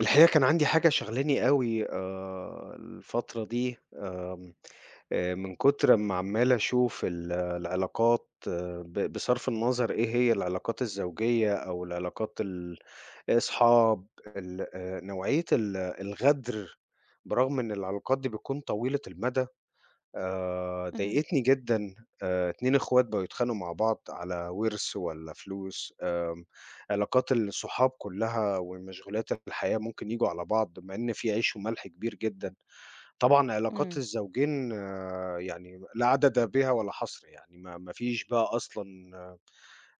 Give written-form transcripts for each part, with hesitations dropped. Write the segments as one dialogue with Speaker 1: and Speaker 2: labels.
Speaker 1: الحقيقة كان عندي حاجة شاغلاني أوي الفترة دي، آمم، من كتر ما عمّال أشوف العلاقات آه، بصرف النظر إيه هي العلاقات الزوجية أو العلاقات ال أصحاب ال نوعية الغدر، برغم إن العلاقات دي بتكون طويلة المدى
Speaker 2: اهم،
Speaker 1: ضايقتني جدًا. 2 إخوات بقوا يتخانقوا مع بعض على ورث والّا فلوس، علاقات الصحاب كلّها ومشغولات الحياة ممكن ييجوا على بعض، مع إن في عيش وملح كبير جدًا. طبعًا علاقات
Speaker 2: إمم،
Speaker 1: الزوجين آه، يعني لا عدد بها ولا حصر، يعني ما فيش بقى أصلًا آه،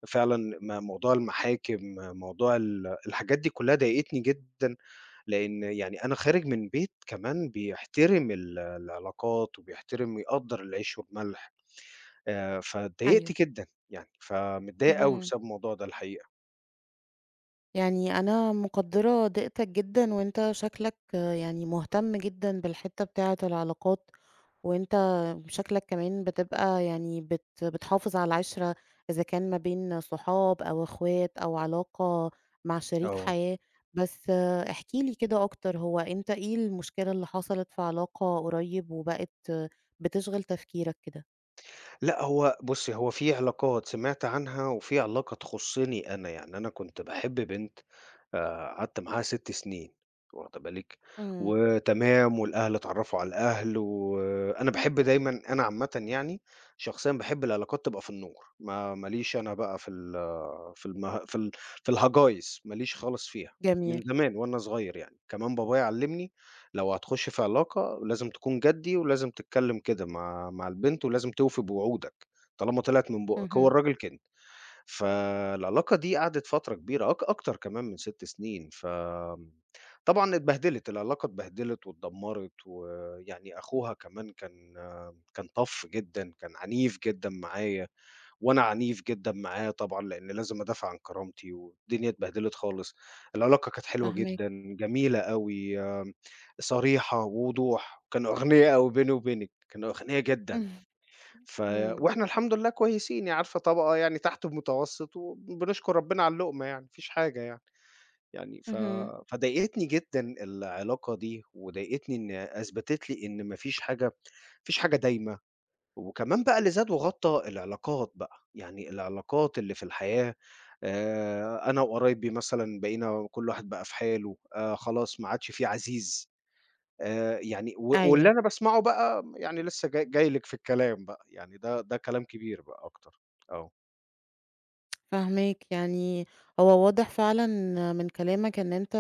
Speaker 1: فعلًا موضوع المحاكم، موضوع الحاجات دي كلّها ضايقتني جدًا، لإن يعني أنا خارج من بيت كمان بيحترم العلاقات وبيحترم ويقدّر العيش والملح، فاتضايقت
Speaker 2: أيوه،
Speaker 1: جدًا، يعني فمتضايق أوي
Speaker 2: اهم،
Speaker 1: بسبب الموضوع ده الحقيقة.
Speaker 2: يعني أنا مقدّرة ضيقتك جدًا. وأنت شكلك يعني مهتم جدًا بالحتّة بتاعة العلاقات، وأنت شكلك كمان بتبقى يعني بتحافظ على العِشرة، إذا كان ما بين صحاب أو إخوات أو علاقة مع شريك
Speaker 1: آه.
Speaker 2: حياة. بس احكِ لي كده أكتر، هو أنت إيه المشكلة اللي حصلت في علاقة قريب وبقت بتشغل تفكيرك كده؟
Speaker 1: لأ، هو بُصّي، هو في علاقات سمعت عنها وفي علاقة تخُصّني أنا، يعني أنا كنت باحب بنت، قعدت معاها 6 سنين، واخدة بالِك،
Speaker 2: إمم،
Speaker 1: وتمام والأهل اتعرّفوا على الأهل، وأنا باحب دايمًا أنا عامةً يعني شخصيًا باحب العلاقات تبقى في النور، ما ليش أنا بقى في ال في المه في ال في الهجايز، ما ليش خالص فيها،
Speaker 2: جميل،
Speaker 1: من زمان وأنا صغير يعني، كمان بابايا علّمني لو هتخش في علاقة لازم تكون جدّي، ولازم تتكلّم كده مع البنت، ولازم توفي بوعودك، طالما طلعت من بُقّك، هو
Speaker 2: اهم،
Speaker 1: الراجل كده. فالعلاقة دي قعدت فترة كبيرة أكتر كمان من 6 سنين، طبعًا اتبهدلت، العلاقة اتبهدلت واتدمّرت، ويعني أخوها كمان كان tough جدًا، كان عنيف جدًا معايا. وأنا عنيف جدًا معاه طبعًا، لإن لازم أدافع عن كرامتي، والدنيا اتبهدلت خالص. العلاقة كانت حلوة
Speaker 2: فاهماك.
Speaker 1: جدًا، جميلة أوي، صريحة ووضوح، كانوا أغنيا أوي بيني وبينِك، كانوا أغنيا جدًا. ف
Speaker 2: إمم.
Speaker 1: وإحنا الحمد لله كويسين، يعني عارفة طبقة يعني تحت المتوسط، وبنشكر ربنا على اللقمة يعني، ما فيش حاجة يعني. يعني ف
Speaker 2: اهم.
Speaker 1: فضايقتني جدًا العلاقة دي، وضايقتني إن أثبتت لي إن ما فيش حاجة ما فيش حاجة دايمة، وكمان بقى اللي زاد وغطّى العلاقات بقى، يعني العلاقات اللي في الحياة، أنا وقرايبي مثلًا بقينا كل واحد بقى في حاله، خلاص ما عادش في عزيز، يعني واللي
Speaker 2: أيوه،
Speaker 1: أنا باسمعه بقى يعني لسه جاي لِك في الكلام بقى، يعني ده كلام كبير بقى أكتر، آه.
Speaker 2: فاهماك، يعني هو واضح فعلًا من كلامك إن أنت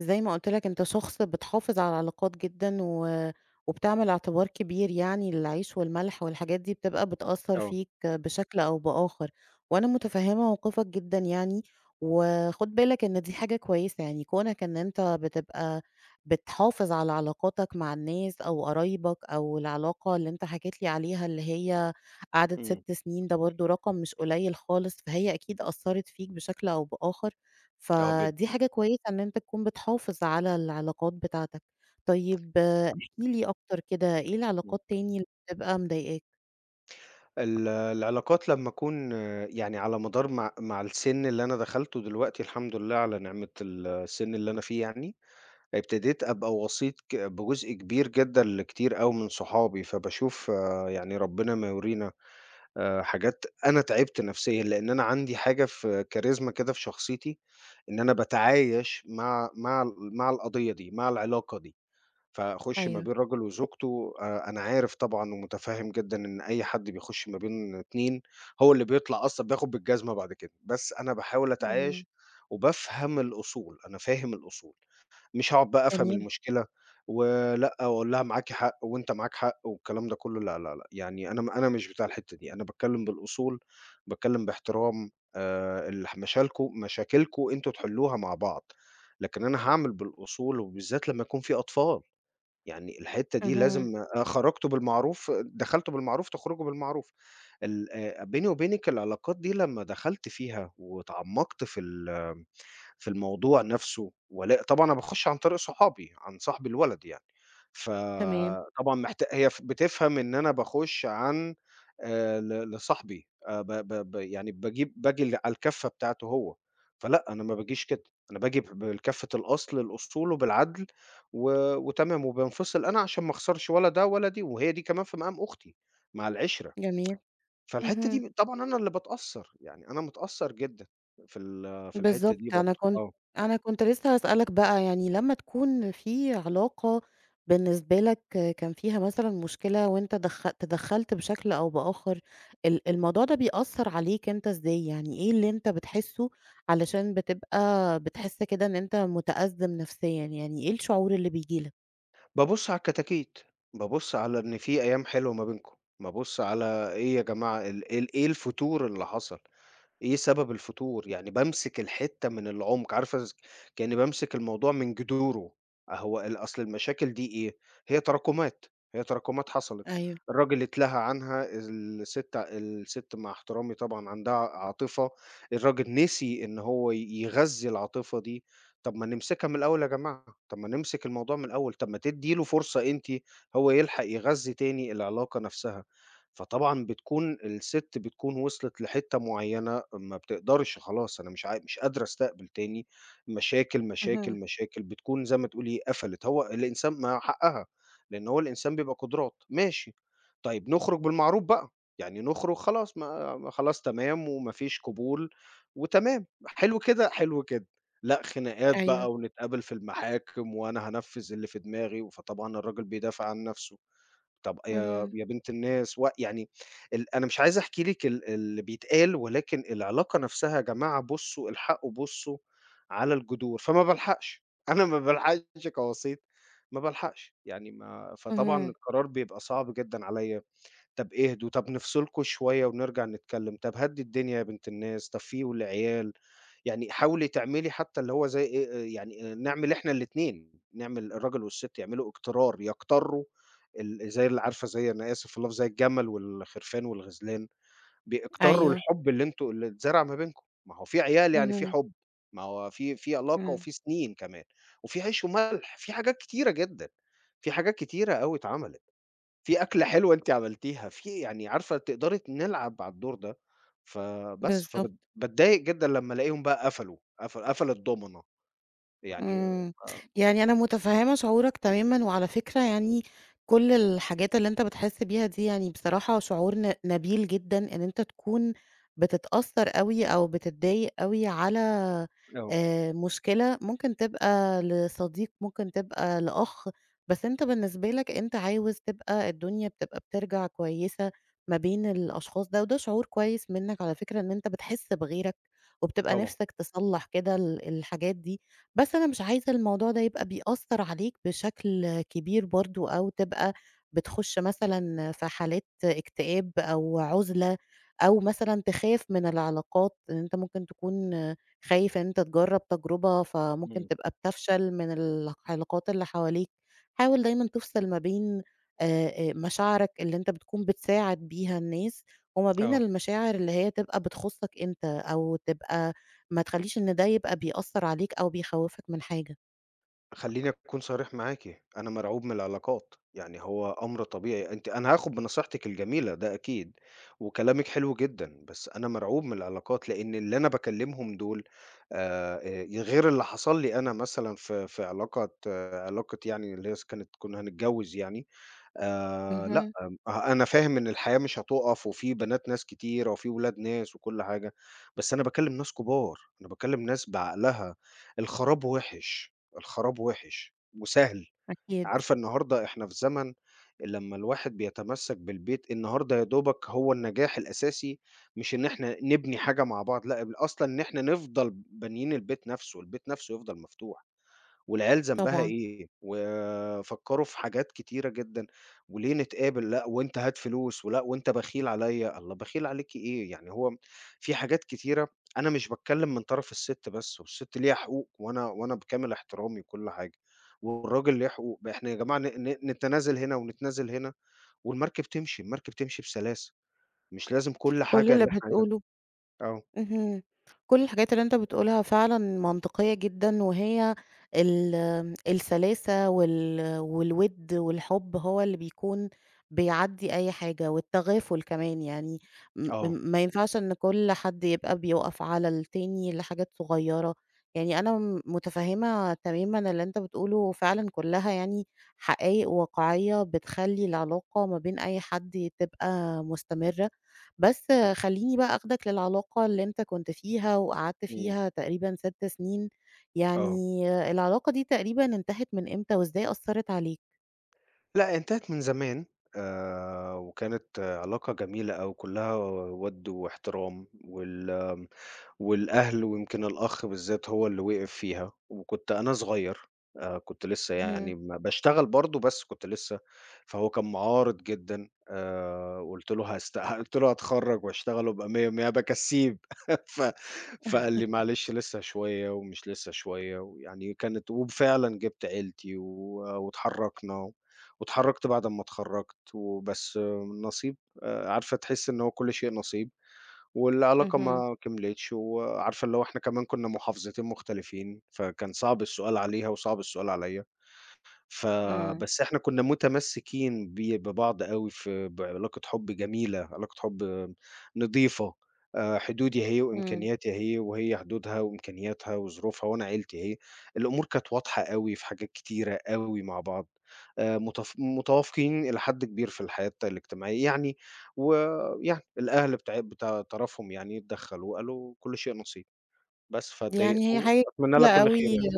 Speaker 2: زي ما قُلت لك أنت شخص بتحافظ على العلاقات جدًا و وبتعمل اعتبار كبير يعني للعيش والملح والحاجات دي بتبقى بتأثّر
Speaker 1: آه.
Speaker 2: فيك بشكل أو بآخر. وأنا متفهّمة موقفك جدًا يعني، وخُد بالك إن دي حاجة كويسة يعني كونك إن أنت بتبقى بتحافظ على علاقاتك مع الناس أو قرايبك أو العلاقة اللي أنت حكيت لي عليها اللي هي قعدت
Speaker 1: إمم.
Speaker 2: 6 سنين، ده برضه رقم مش قليل خالص، فهي أكيد أثّرت فيك بشكل أو بآخر.
Speaker 1: آه جدًا.
Speaker 2: فدي حاجة كويسة إن أنت تكون بتحافظ على العلاقات بتاعتك. طيب احكِ لي أكتر كده، إيه
Speaker 1: إمم.
Speaker 2: العلاقات تاني اللي بتبقى مضايقاك؟
Speaker 1: العلاقات لمّا أكون آه، يعني على مدار مع السِن اللي أنا دخلته دلوقتي، الحمد لله على نعمة السِن اللي أنا فيه يعني ابتديت أبقى وسيط بجزء كبير جدًا لكتير أوي من صحابي، فباشوف يعني ربنا ما يورينا حاجات، أنا تعبت نفسيًا، لإن أنا عندي حاجة في كاريزما كده في شخصيتي، إن أنا باتعايش مع مع القضية دي، مع العلاقة دي، فأخُش ما
Speaker 2: أيوه.
Speaker 1: بين راجل وزوجته. أنا عارف طبعًا ومُتفهّم جدًا إن أي حد بيخُش ما بين 2، هو اللي بيطلع أصلًا بياخد بالجزمة بعد كده، بس أنا باحاول
Speaker 2: اهم.
Speaker 1: أتعايش وبافهم الأصول، أنا فاهم الأصول. مش هاقعد بقى أفهم
Speaker 2: جميل.
Speaker 1: المشكلة، ولأ وأقول لها معاكِ حق وأنت معاك حق والكلام ده كله، لا، لا، لأ، يعني أنا مش بتاع الحتّة دي، أنا باتكلّم بالأصول، باتكلّم باحترام. الح مشالكم مشاكلكم أنتم تحلّوها مع بعض، لكن أنا هاعمل بالأصول وبالذات لمّا يكون في أطفال، يعني الحتّة دي لازم،
Speaker 2: اهم.
Speaker 1: خرجتوا بالمعروف، دخلتوا بالمعروف تخرجوا بالمعروف. ال بيني وبينِك العلاقات دي لمّا دخلت فيها واتعمّقت في الموضوع نفسه، ولا طبعًا أنا باخش عن طريق صحابي، عن صاحب الولد يعني،
Speaker 2: تمام،
Speaker 1: فطبعًا هي بتفهم إن أنا باخش عن ل لصاحبي، ب ب ب يعني باجي على الكفة بتاعته هو، فلأ أنا ما باجيش كده، أنا باجي بكفة الأصل للأصول وبالعدل و وتمام، وبانفصل أنا عشان ما اخسرش ولا ده ولا دي، وهي دي كمان في مقام أختي مع العِشرة.
Speaker 2: جميل.
Speaker 1: فالحتة
Speaker 2: اهم.
Speaker 1: دي طبعًا أنا اللي باتأثر، يعني أنا متأثر جدًا في الحتة
Speaker 2: بالضبط،
Speaker 1: دي
Speaker 2: أنا
Speaker 1: برضه،
Speaker 2: كنت
Speaker 1: آه.
Speaker 2: أنا كنت لسه هاسألك بقى، يعني لمّا تكون في علاقة بالنسبة لك كان فيها مثلًا مشكلة وأنت تدخّلت بشكل أو بآخر، الموضوع ده بيأثّر عليك أنت إزاي؟ يعني إيه اللي أنت بتحسّه علشان بتبقى بتحس كده إن أنت متأزّم نفسيًا، يعني إيه الشعور اللي بييجي لك؟
Speaker 1: بابُص على الكتاكيت، بابُص على إن في أيام حلوة ما بينكم، بابُص على إيه يا جماعة ال إيه ال إيه الفتور اللي حصل، إيه سبب الفتور، يعني بامسك الحتّة من العمق، عارفة كإنّي بامسك الموضوع من جذوره، هو أصل المشاكل دي إيه، هي تراكمات، هي تراكمات حصلت.
Speaker 2: أيوه،
Speaker 1: الراجل اتلهى عنها، الست الست مع احترامي طبعًا عندها عاطفة، الراجل نسي إن هو يغذّي العاطفة دي، طَب ما نمسكها من الأول يا جماعة، طَب ما نمسك الموضوع من الأول، طَب ما تدّي له فرصة أنتِ، هو يلحق يغذّي تاني العلاقة نفسها. فطبعًا بتكون الست وصلت لحتّة معيّنة ما بتقدرش، خلاص أنا مش قادرة أستقبل تاني مشاكل، مشاكل،
Speaker 2: اهم،
Speaker 1: مشاكل، بتكون زي ما تقولي قفلت، هو الإنسان ما حقّها، لإن هو الإنسان بيبقى قدرات، ماشي، طيب نخرج بالمعروف بقى، يعني نخرج، خلاص ما ما خلاص تمام وما فيش قبول وتمام، حلو كده، حلو كده. لأ خناقات
Speaker 2: أيوه،
Speaker 1: بقى ونتقابل في المحاكم وأنا هانفّذ اللي في دماغي، فطبعًا الراجل بيدافع عن نَفْسه. طب يا
Speaker 2: اهم،
Speaker 1: يا بنت الناس يعني أنا مش عايز أحكي لِك اللي بيتقال، ولكن العلاقة نفسها يا جماعة بُصّوا الحقوا بُصّوا على الجذور، فما بالحقش، أنا ما بالحقش كوسيط، ما بالحقش، يعني ما فطبعًا
Speaker 2: اهم،
Speaker 1: القرار بيبقى صعب جدًا عليّا. طب اهدوا، طب نفصلكم شوية ونرجع نتكلم، طب هدّي الدنيا يا بنت الناس، طب في والعيال، يعني حاولي تعملي حتى اللي هو زي إيه، يعني آه، نعمل إحنا الاتنين، نعمل الراجل والست يعملوا اقترار، يقتروا زي اللي عارفة، زي، أنا آسف في اللفظ، زي الجمل والخرفان والغزلان، بيقتروا
Speaker 2: أيوه،
Speaker 1: الحب اللي أنتم اللي اتزرع ما بينكم، ما هو في عيال يعني في
Speaker 2: اهم،
Speaker 1: حب، ما هو في علاقة
Speaker 2: إمم.
Speaker 1: وفي سنين كمان، وفي عيش وملح، في حاجات كتيرة جدًا، في حاجات كتيرة أوي اتعملت. في أكلة حلوة أنتِ عملتيها، في يعني عارفة تقدري نلعب على الدور ده. فبس فبات
Speaker 2: بالضبط.
Speaker 1: باتضايق جدًا لمّا ألاقيهم بقى قفلوا، قفل الدومنة يعني،
Speaker 2: إمم، يعني أنا متفهمة شعورك تمامًا، وعلى فكرة يعني كل الحاجات اللي أنت بتحس بيها دي يعني بصراحة شعور نبيل جدًا إن أنت تكون بتتأثّر أوي أو بتتضايق أوي على
Speaker 1: آه،
Speaker 2: مشكلة ممكن تبقى لصديق، ممكن تبقى لأخ. بس أنت بالنسبة لك أنت عاوز تبقى الدنيا بتبقى بترجع كويسة ما بين الأشخاص ده، وده شعور كويس منك على فكرة إن أنت بتحس بغيرك، وبتبقى
Speaker 1: طبعًا،
Speaker 2: نِفْسك تصلّح كده الحاجات دي. بس أنا مش عايزة الموضوع ده يبقى بيأثّر عليك بشكل كبير برضه أو تبقى بتخُش مثلًا في حالات اكتئاب أو عُزلة أو مثلًا تخاف من العلاقات، إن أنت ممكن تكون خايف إن أنت تجرّب تجربة فممكن
Speaker 1: إمم،
Speaker 2: تبقى بتفشل من العلاقات اللي حواليك. حاول دايمًا تفصل ما بين مشاعرك اللي أنت بتكون بتساعد بيها الناس وما بين
Speaker 1: آه.
Speaker 2: المشاعر اللي هي تبقى بتخُصّك أنت أو تبقى ما تخلّيش إن ده يبقى بيأثّر عليك أو بيخوّفك من حاجة.
Speaker 1: خلّيني أكون صريح معاكِ، أنا مرعوب من العلاقات، يعني هو أمر طبيعي أنتِ، أنا هاخد بنصيحتِك الجميلة ده أكيد، وكلامِك حلو جدًا، بس أنا مرعوب من العلاقات، لإن اللي أنا باكلّمهم دول، غير اللي حصل لي أنا مثلًا في علاقة آه، علاقة يعني اللي هي س كانت كنا هنتجوّز يعني، لأ،
Speaker 2: اهم،
Speaker 1: أه أنا فاهم إن الحياة مش هتُقف وفي بنات ناس كتيرة وفي ولاد ناس وكل حاجة، بس أنا باكلّم ناس كبار، أنا باكلّم ناس بعقلها. الخراب وِحِش، الخراب وِحِش وسهل.
Speaker 2: أكيد.
Speaker 1: عارفة النهارده إحنا في زمن لمّا الواحد بيتمسّك بالبيت النهارده يا دوبك هو النجاح الأساسي، مش إن إحنا نبني حاجة مع بعض، لأ، أصلًا إن إحنا نفضل بانيين البيت نَفْسه، البيت نَفْسه يفضل مفتوح. والعيال ذنبها
Speaker 2: طبعًا.
Speaker 1: إيه؟ وفكّروا في حاجات كتيرة جدًا، وليه نتقابل، لأ وأنت هات فلوس، ولأ وأنت بخيل عليّا، الله بخيل عليكِ إيه؟ يعني هو في حاجات كتيرة، أنا مش باتكلّم من طرف السِت بس، والسِت ليها حقوق وأنا بكامل احترامي وكل حاجة، والراجل ليه حقوق، إحنا يا جماعة ن ن نتنازل هنا ونتنازل هنا والمركب تمشي، المركب تمشي بسلاسة، مش لازم كل
Speaker 2: كل
Speaker 1: حاجة
Speaker 2: اللي
Speaker 1: اللي إحنا عايزينها.
Speaker 2: بتقوله
Speaker 1: آه.
Speaker 2: اهم. كل الحاجات اللي أنت بتقولها فعلًا منطقية جدًا، وهي ال السلاسة والوِد والحُب هو اللي بيكون بيعدّي أي حاجة، والتغافل كمان يعني م م
Speaker 1: آه.
Speaker 2: ما ينفعش إن كل حد يبقى بيُقف على التاني لحاجات صغيّرة، يعني أنا متفهّمة تمامًا اللي أنت بتقوله فعلًا كلّها يعني حقايق واقعية بتخلّي العلاقة ما بين أي حد تبقى مستمرة. بس
Speaker 1: أ
Speaker 2: خلّيني بقى آخدك للعلاقة اللي أنت كنت فيها وقعدت
Speaker 1: إمم.
Speaker 2: فيها تقريبًا 6 سنين،
Speaker 1: آه.
Speaker 2: يعني العلاقة دي تقريبًا انتهت من إمتى وإزاي أثّرت عليك؟
Speaker 1: لأ، هي انتهت من زمان. وكانت آه، علاقة جميلة أوي كلّها وَد واحترام والأهل، ويمكن الأخ بالذات هو اللي وقف فيها، وكنت أنا صغير، كنت لسه يعني
Speaker 2: اهم،
Speaker 1: باشتغل برضه بس كنت لسه. فهو كان معارض جدًا، قُلت له قُلت له هاتخرّج واشتغل وابقى مِيَّة، مِيَّة أبقى كسّيب ف فقال لي: "معلش لسه شوية ومش لسه شوية." ويعني كانت، وفعلًا جِبت عيلتي واتحرّكنا، واتحرّكت بعد أمّا اتخرّجت، وبس النصيب، عارفة تحسّي إن هو كل شيء نصيب. والعلاقة
Speaker 2: اهم،
Speaker 1: ما كملتش، وعارفة اللي هو إحنا كمان كنا محافظتين مختلفين، فكان صعب السؤال عليها وصعب السؤال عليّا.
Speaker 2: إمم،
Speaker 1: فبس إحنا كنا متمسّكين ببعض أوي في بعلاقة حُب جميلة، علاقة حُب نضيفة، حدودي هي
Speaker 2: إمم.
Speaker 1: وإمكانياتي هي، وهي حدودها وإمكانياتها وظروفها وأنا عيلتي هي. الأمور كانت واضحة أوي في حاجات كتيرة أوي مع بعض، متف متوافقين إلى حد كبير في الحياة الاجتماعية يعني، ويعني الأهل بتاع طرفهم يعني اتدخّلوا وقالوا كل شيء نصيب، بس فاتضايقت
Speaker 2: يعني هي حاجة
Speaker 1: وأتمنى لها
Speaker 2: جميلة
Speaker 1: كل
Speaker 2: أوي
Speaker 1: خير يعني.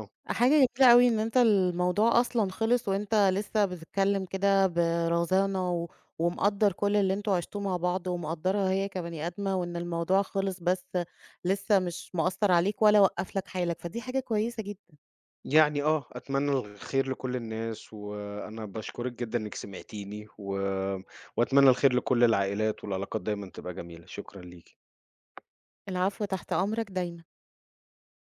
Speaker 1: آه.
Speaker 2: حاجة جميلة أوي إن أنت الموضوع أصلًا خلص وأنت لسه بتتكلم كده برزانة و ومقدّر كل اللي أنتم عشتوه مع بعض ومقدّرها هي كبني آدمة وإن الموضوع خلص بس لسه مش مأثّر عليك ولا وقّف لك حالك، فدي حاجة كويسة جدًا.
Speaker 1: يعني آه، أتمنى الخير لكل الناس، وأنا باشكرِك جدًا إنِّك سمعتيني، وأتمنى الخير لكل العائلات والعلاقات دايمًا تبقى جميلة، شكرًا ليكِ.
Speaker 2: العفو، تحت أمرك دايمًا.